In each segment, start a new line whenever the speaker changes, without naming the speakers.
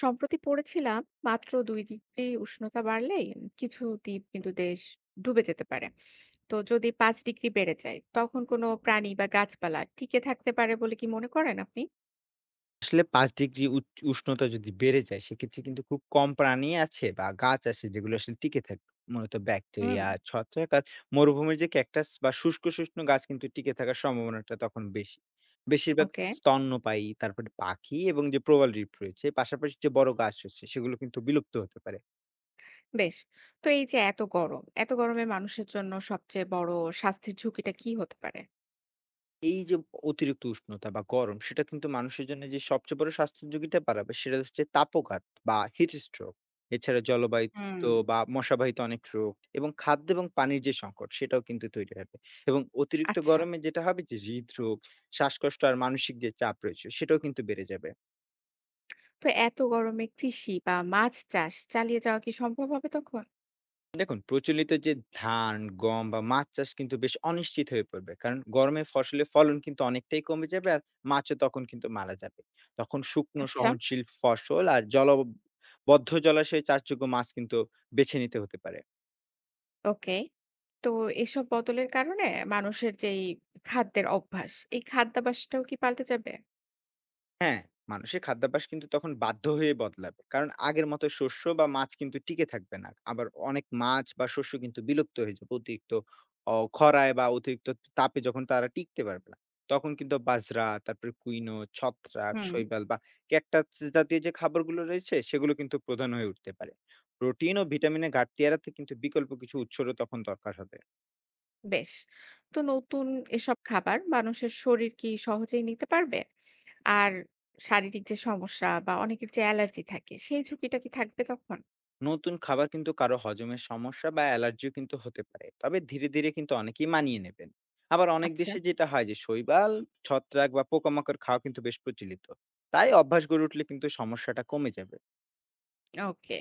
সম্প্রতি পড়েছিলাম মাত্র 2 ডিগ্রি উষ্ণতা বাড়লেই কিছু দ্বীপ কিন্তু দেশ ডুবে যেতে পারে। তো যদি 5 ডিগ্রি বেড়ে যায় তখন কোনো প্রাণী বা গাছপালা টিকে থাকতে পারে বলে কি মনে করেন আপনি?
আসলে ৫ ডিগ্রি উষ্ণতা যদি বেড়ে যায়, সেক্ষেত্রে কিন্তু খুব কম প্রাণী আছে বা গাছ আছে যেগুলো আসলে টিকে থাকবে। মূলত
হুম।
ব্যাকটেরিয়া, ছত্রাক আর মরুভূমির যে ক্যাকটাস বা শুষ্ক, শুষ্ণু গাছ কিন্তু টিকে থাকার সম্ভাবনাটা তখন বেশি। বেশিরভাগ
ওকে।
স্তন্যপায়ী, তারপরে পাখি এবং যে প্রবাল রিফ রয়েছে, পাশাপাশি যে বড় গাছ রয়েছে, সেগুলো কিন্তু বিলুপ্ত হতে পারে।
বেশ। তো এই যে এত গরমে মানুষের জন্য সবচেয়ে বড় স্বাস্থ্যের ঝুঁকিটা কি হতে পারে?
এই যে অতিরিক্ত উষ্ণতা বা গরম সেটা কিন্তু মানুষের জন্য যে সবচেয়ে বড় স্বাস্থ্য ঝুঁকিটা বাড়াবে সেটা হচ্ছে তাপঘাত বা হিট স্ট্রোক। এছাড়া জলবাহিত
হুম।
বা মশাবাহিত অনেক রোগ এবং খাদ্য এবং পানির যে সংকট সেটাও কিন্তু তৈরি হবে। এবং অতিরিক্ত
আচ্ছা।
গরমে যেটা হবে যে হৃদরোগ, শ্বাসকষ্ট আর মানসিক যে চাপ রয়েছে সেটাও কিন্তু বেড়ে যাবে।
তো এত গরমে কৃষি বা মাছ চাষ চালিয়ে যাওয়া কি সম্ভব হবে তখন?
দেখুন, প্রচলিত যে ধান, গম বা মাছ চাষ কিন্তু বেশ অনিশ্চিত হয়ে পড়বে। কারণ গরমে ফসলের ফলন কিন্তু অনেকটাই কমে যাবে আর মাছও তখন কিন্তু মারা যাবে। তখন শুকনো
আচ্ছা।
সহনশীল ফসল আর জলবদ্ধ জলাশয়ে চাষযোগ্য মাছ কিন্তু বেছে নিতে হতে পারে।
ওকে। তো এসব বদলের কারণে মানুষের যেই খাদ্যের অভ্যাস, এই খাদ্যাভ্যাসটাও কি পাল্টে যাবে?
হ্যাঁ, মানুষের খাদ্যাভ্যাস কিন্তু তখন বাধ্য হয়ে বদলাবে। কারণ আগের মতো শস্য বা মাছ কিন্তু টিকে থাকবে না। আবার অনেক মাছ বা শস্য কিন্তু বিলুপ্ত হয়ে যাবে। অতিরিক্ত খরায় বা অতিরিক্ত তাপে যখন তারা টিকতে পারবে না। তখন কিন্তু বাজরা, তারপরে কুইনো, ছত্রাক,
হুম।
শৈবাল বা ক্যাকটাস জাতীয় যে খাবারগুলো রয়েছে সেগুলো কিন্তু প্রধান হয়ে উঠতে পারে। প্রোটিন ও ভিটামিনের ঘাটতি এড়াতে কিন্তু বিকল্প কিছু উৎসেরও তখন দরকার হবে।
বেশ। তো নতুন এসব খাবার মানুষের শরীর কি সহজেই নিতে পারবে? আর শারীরিক যে সমস্যা বা অনেকের যে অ্যালার্জি থাকে, সেই ঝুঁকিটা কি থাকবে তখন?
নতুন খাবার কিন্তু কারো হজমের সমস্যা বা অ্যালার্জিও কিন্তু হতে পারে, তবে ধীরে ধীরে কিন্তু অনেকেই মানিয়ে নেবেন। আবার অনেক
আচ্ছা।
দেশে যেটা হয় যে শৈবাল, ছত্রাক বা পোকামাকড় খাওয়া কিন্তু বেশ প্রচলিত। তাই অভ্যাস গড়ে উঠলে কিন্তু সমস্যাটা কমে যাবে।
ওকে।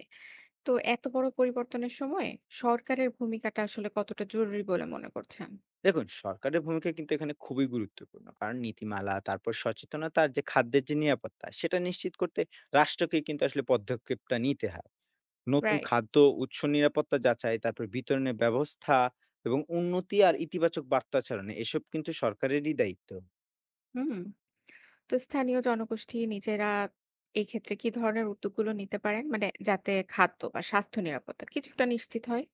তো এত বড় পরিবর্তনের সময় সরকারের ভূমিকাটা আসলে কতটা জরুরি বলে মনে করছেন?
দেখুন, সরকারের ভূমিকা কিন্তু এখানে খুবই গুরুত্বপূর্ণ, কারণ নীতিমালা, তারপর সচেতনতা আর যে খাদ্যের যে নিরাপত্তা সেটা নিশ্চিত করতে রাষ্ট্রকে কিন্তু আসলে পদক্ষেপটা নিতে হয়। নতুন
রাইট।
খাদ্য উৎস নিরাপত্তা যাচাই, তারপর বিতরণের ব্যবস্থা এবং উন্নতি আর ইতিবাচক বার্তা ছড়ানো এসব কিন্তু সরকারেরই দায়িত্ব।
হুম। তো স্থানীয় জনগোষ্ঠী নিজেরা এই ক্ষেত্রে কি ধরনের উদ্যোগগুলো নিতে পারেন? মানে যাতে খাদ্য বা স্বাস্থ্য নিরাপত্তা কিছুটা নিশ্চিত হয়?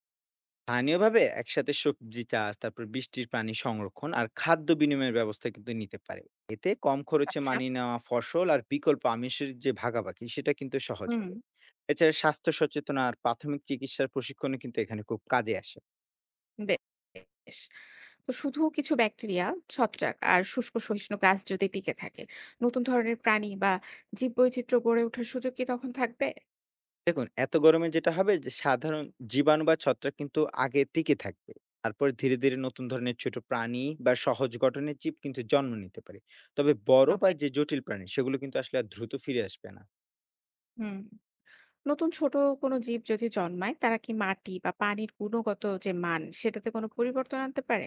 স্থানীয়ভাবে একসাথে সবজি চাষ, তারপর বৃষ্টির পানি সংরক্ষণ আর খাদ্য বিনিময়ের ব্যবস্থা কিন্তু নিতে পারে। এতে কম খরচে
আচ্ছা,
মানিয়ে নেওয়া ফসল আর বিকল্প আমিষের যে ভাগাভাগি সেটা কিন্তু সহজ
হুম।
হবে। এছাড়া স্বাস্থ্য সচেতন আর প্রাথমিক চিকিৎসার প্রশিক্ষণও কিন্তু এখানে খুব কাজে আসে।
বেশ। তো শুধু কিছু ব্যাকটেরিয়া, ছত্রাক আর শুষ্ক সহিষ্ণু গাছ যদি টিকে থাকে, নতুন ধরনের প্রাণী বা জীববৈচিত্র্য গড়ে ওঠার সুযোগ কি তখন থাকবে?
দেখুন, এত গরমে যেটা হবে যে সাধারণ জীবাণু বা ছত্রাক কিন্তু আগে টিকে থাকবে। তারপর ধীরে ধীরে নতুন ধরনের ছোট প্রাণী বা সহজ গঠনের জীব কিন্তু জন্ম নিতে পারে। তবে বড় বা
ওকে।
যে জটিল প্রাণী সেগুলো কিন্তু আসলে আর দ্রুত ফিরে আসবে না।
হুম। নতুন ছোট কোনো জীব যদি জন্মায়, তারা কি মাটি বা পানির গুণগত যে মান, সেটাতে কোনো পরিবর্তন আনতে পারে?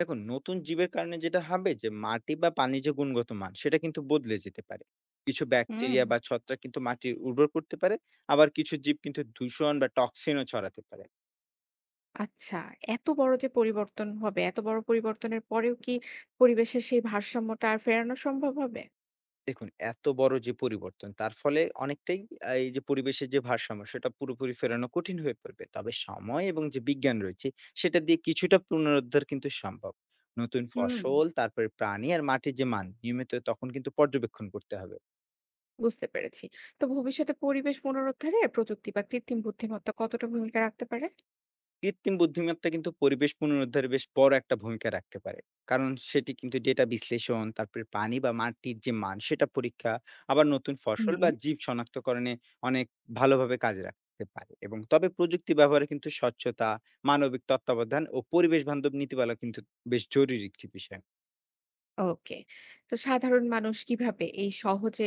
দেখুন, নতুন জীবের কারণে যেটা হবে যে মাটি বা পানির যে গুণগত মান সেটা কিন্তু বদলে যেতে পারে। কিছু
হুম।
ব্যাকটেরিয়া বা ছত্রাক কিন্তু মাটির উর্বর করতে পারে। আবার কিছু জীব কিন্তু দূষণ বা টক্সিনও ছড়াতে পারে।
আচ্ছা, এত বড় পরিবর্তনের পরেও কি পরিবেশের সেই ভারসাম্যটা আর ফেরানো সম্ভব হবে?
দেখুন, এত বড় যে পরিবর্তন তার ফলে অনেকটাই এই যে পরিবেশের যে ভারসাম্য সেটা পুরোপুরি ফেরানো কঠিন হয়ে পড়বে। তবে সময় এবং যে বিজ্ঞান রয়েছে সেটা দিয়ে কিছুটা পুনরুদ্ধার কিন্তু সম্ভব। নতুন
হুম,
ফসল, তারপরে প্রাণী আর মাটির যে মান নিয়মিত তখন কিন্তু পর্যবেক্ষণ করতে হবে।
বুঝতে পেরেছি। তো ভবিষ্যতে পরিবেশ পুনরুদ্ধারে প্রযুক্তি বা কৃত্রিম বুদ্ধিমত্তা কতটা ভূমিকা রাখতে পারে?
কৃত্রিম বুদ্ধিমত্তা কিন্তু পরিবেশ পুনরুদ্ধারে বেশ বড় একটা ভূমিকা রাখতে পারে। কারণ সেটি কিন্তু ডেটা বিশ্লেষণ, তারপরে পানি বা মাটির যে মান সেটা পরীক্ষা, আবার নতুন ফসল বা
হুম।
জীব শনাক্তকরণে অনেক ভালোভাবে কাজে রাখতে পারে। এবং তবে প্রযুক্তি ব্যবহারে কিন্তু স্বচ্ছতা, মানবিক তত্ত্বাবধান ও পরিবেশ বান্ধব নীতিমালা কিন্তু বেশ জরুরি একটি বিষয়।
ওকে। তো সাধারণ মানুষ কিভাবে এই সহজে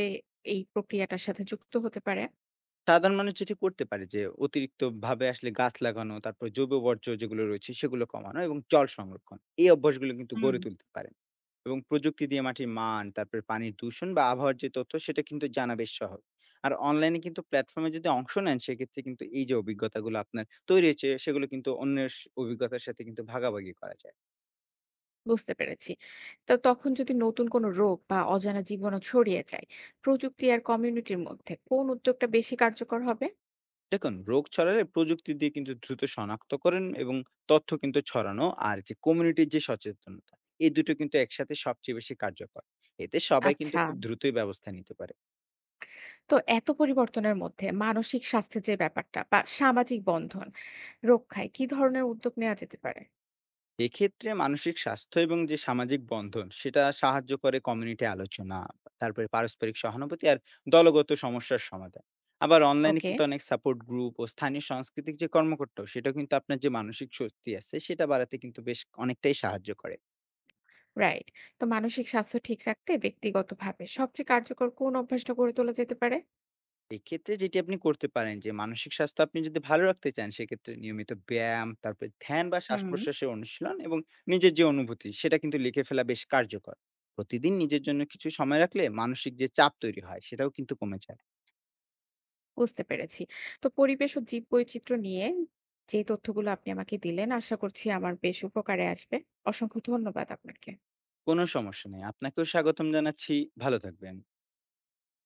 এই প্রক্রিয়াটার সাথে যুক্ত হতে পারে?
সাধারণ মানুষ যেটি করতে পারে যে অতিরিক্ত ভাবে আসলে গাছ লাগানো, তারপর জৈব বর্জ্য যেগুলো রয়েছে সেগুলো কমানো এবং জল সংরক্ষণ এই অভ্যাসগুলো কিন্তু
হুম।
গড়ে তুলতে পারে। এবং প্রযুক্তি দিয়ে মাটির মান, তারপরে পানির দূষণ বা আবহাওয়ার যে তথ্য সেটা কিন্তু জানা বেশ সহজ। আর অনলাইনে কিন্তু প্ল্যাটফর্মে যদি অংশ নেন সেক্ষেত্রে কিন্তু এই যে অভিজ্ঞতাগুলো আপনার তৈরি হয়েছে সেগুলো কিন্তু অন্যের অভিজ্ঞতার সাথে কিন্তু ভাগাভাগি করা যায়।
বুঝতে পেরেছি। তো তখন যদি নতুন কোনো রোগ বা অজানা জীবাণু ছড়িয়ে যায়, প্রযুক্তি আর কমিউনিটির মধ্যে কোন উদ্যোগটা বেশি কার্যকর হবে?
দেখুন, রোগ ছড়ালে প্রযুক্তি দিয়ে কিন্তু দ্রুত শনাক্ত করেন এবং তথ্য কিন্তু ছড়ানো আর যে কমিউনিটির যে সচেতনতা এই দুটো কিন্তু একসাথে সবচেয়ে বেশি কার্যকর। এতে সবাই কিন্তু
আচ্ছা।
খুব দ্রুতই ব্যবস্থা নিতে পারে।
তো এত পরিবর্তনের মধ্যে মানসিক স্বাস্থ্যের যে ব্যাপারটা বা সামাজিক বন্ধন রক্ষায় কি ধরনের উদ্যোগ নেওয়া যেতে পারে?
এক্ষেত্রে মানসিক স্বাস্থ্য এবং যে সামাজিক বন্ধন সেটা সাহায্য করে কমিউনিটি আলোচনা, তারপরে পারস্পরিক সহানুভূতি আর দলগত সমস্যার সমাধান। আবার অনলাইনে
ওকে,
কিন্তু অনেক সাপোর্ট গ্রুপ ও স্থানীয় সাংস্কৃতিক যে কর্মকর্তা সেটা কিন্তু আপনার যে মানসিক স্বস্তি আছে সেটা বাড়াতে কিন্তু বেশ অনেকটাই সাহায্য করে।
রাইট। তো মানসিক স্বাস্থ্য ঠিক রাখতে ব্যক্তিগতভাবে সবচেয়ে কার্যকর কোন অভ্যাসটা গড়ে তোলা যেতে পারে?
এক্ষেত্রে যেটি আপনি করতে পারেন যে মানসিক স্বাস্থ্য আপনি যদি ভালো রাখতে চান সেক্ষেত্রে নিয়মিত ব্যায়াম, তারপরে ধ্যান বা
হুম,
শ্বাস-প্রশ্বাসের অনুশীলন এবং নিজের যে অনুভূতি সেটা কিন্তু লিখে ফেলা বেশ কার্যকর। প্রতিদিন নিজের জন্য কিছু সময় রাখলে মানসিক যে চাপ তৈরি হয় সেটাও কিন্তু কমে যায়।
বুঝতে পেরেছি। তো পরিবেশ ও জীববৈচিত্র্য নিয়ে যে তথ্যগুলো আপনি আমাকে দিলেন আশা করছি আমার বেশ উপকারে আসবে। অসংখ্য ধন্যবাদ আপনাকে।
কোনো সমস্যা নেই। আপনাকেও স্বাগতম জানাচ্ছি। ভালো থাকবেন।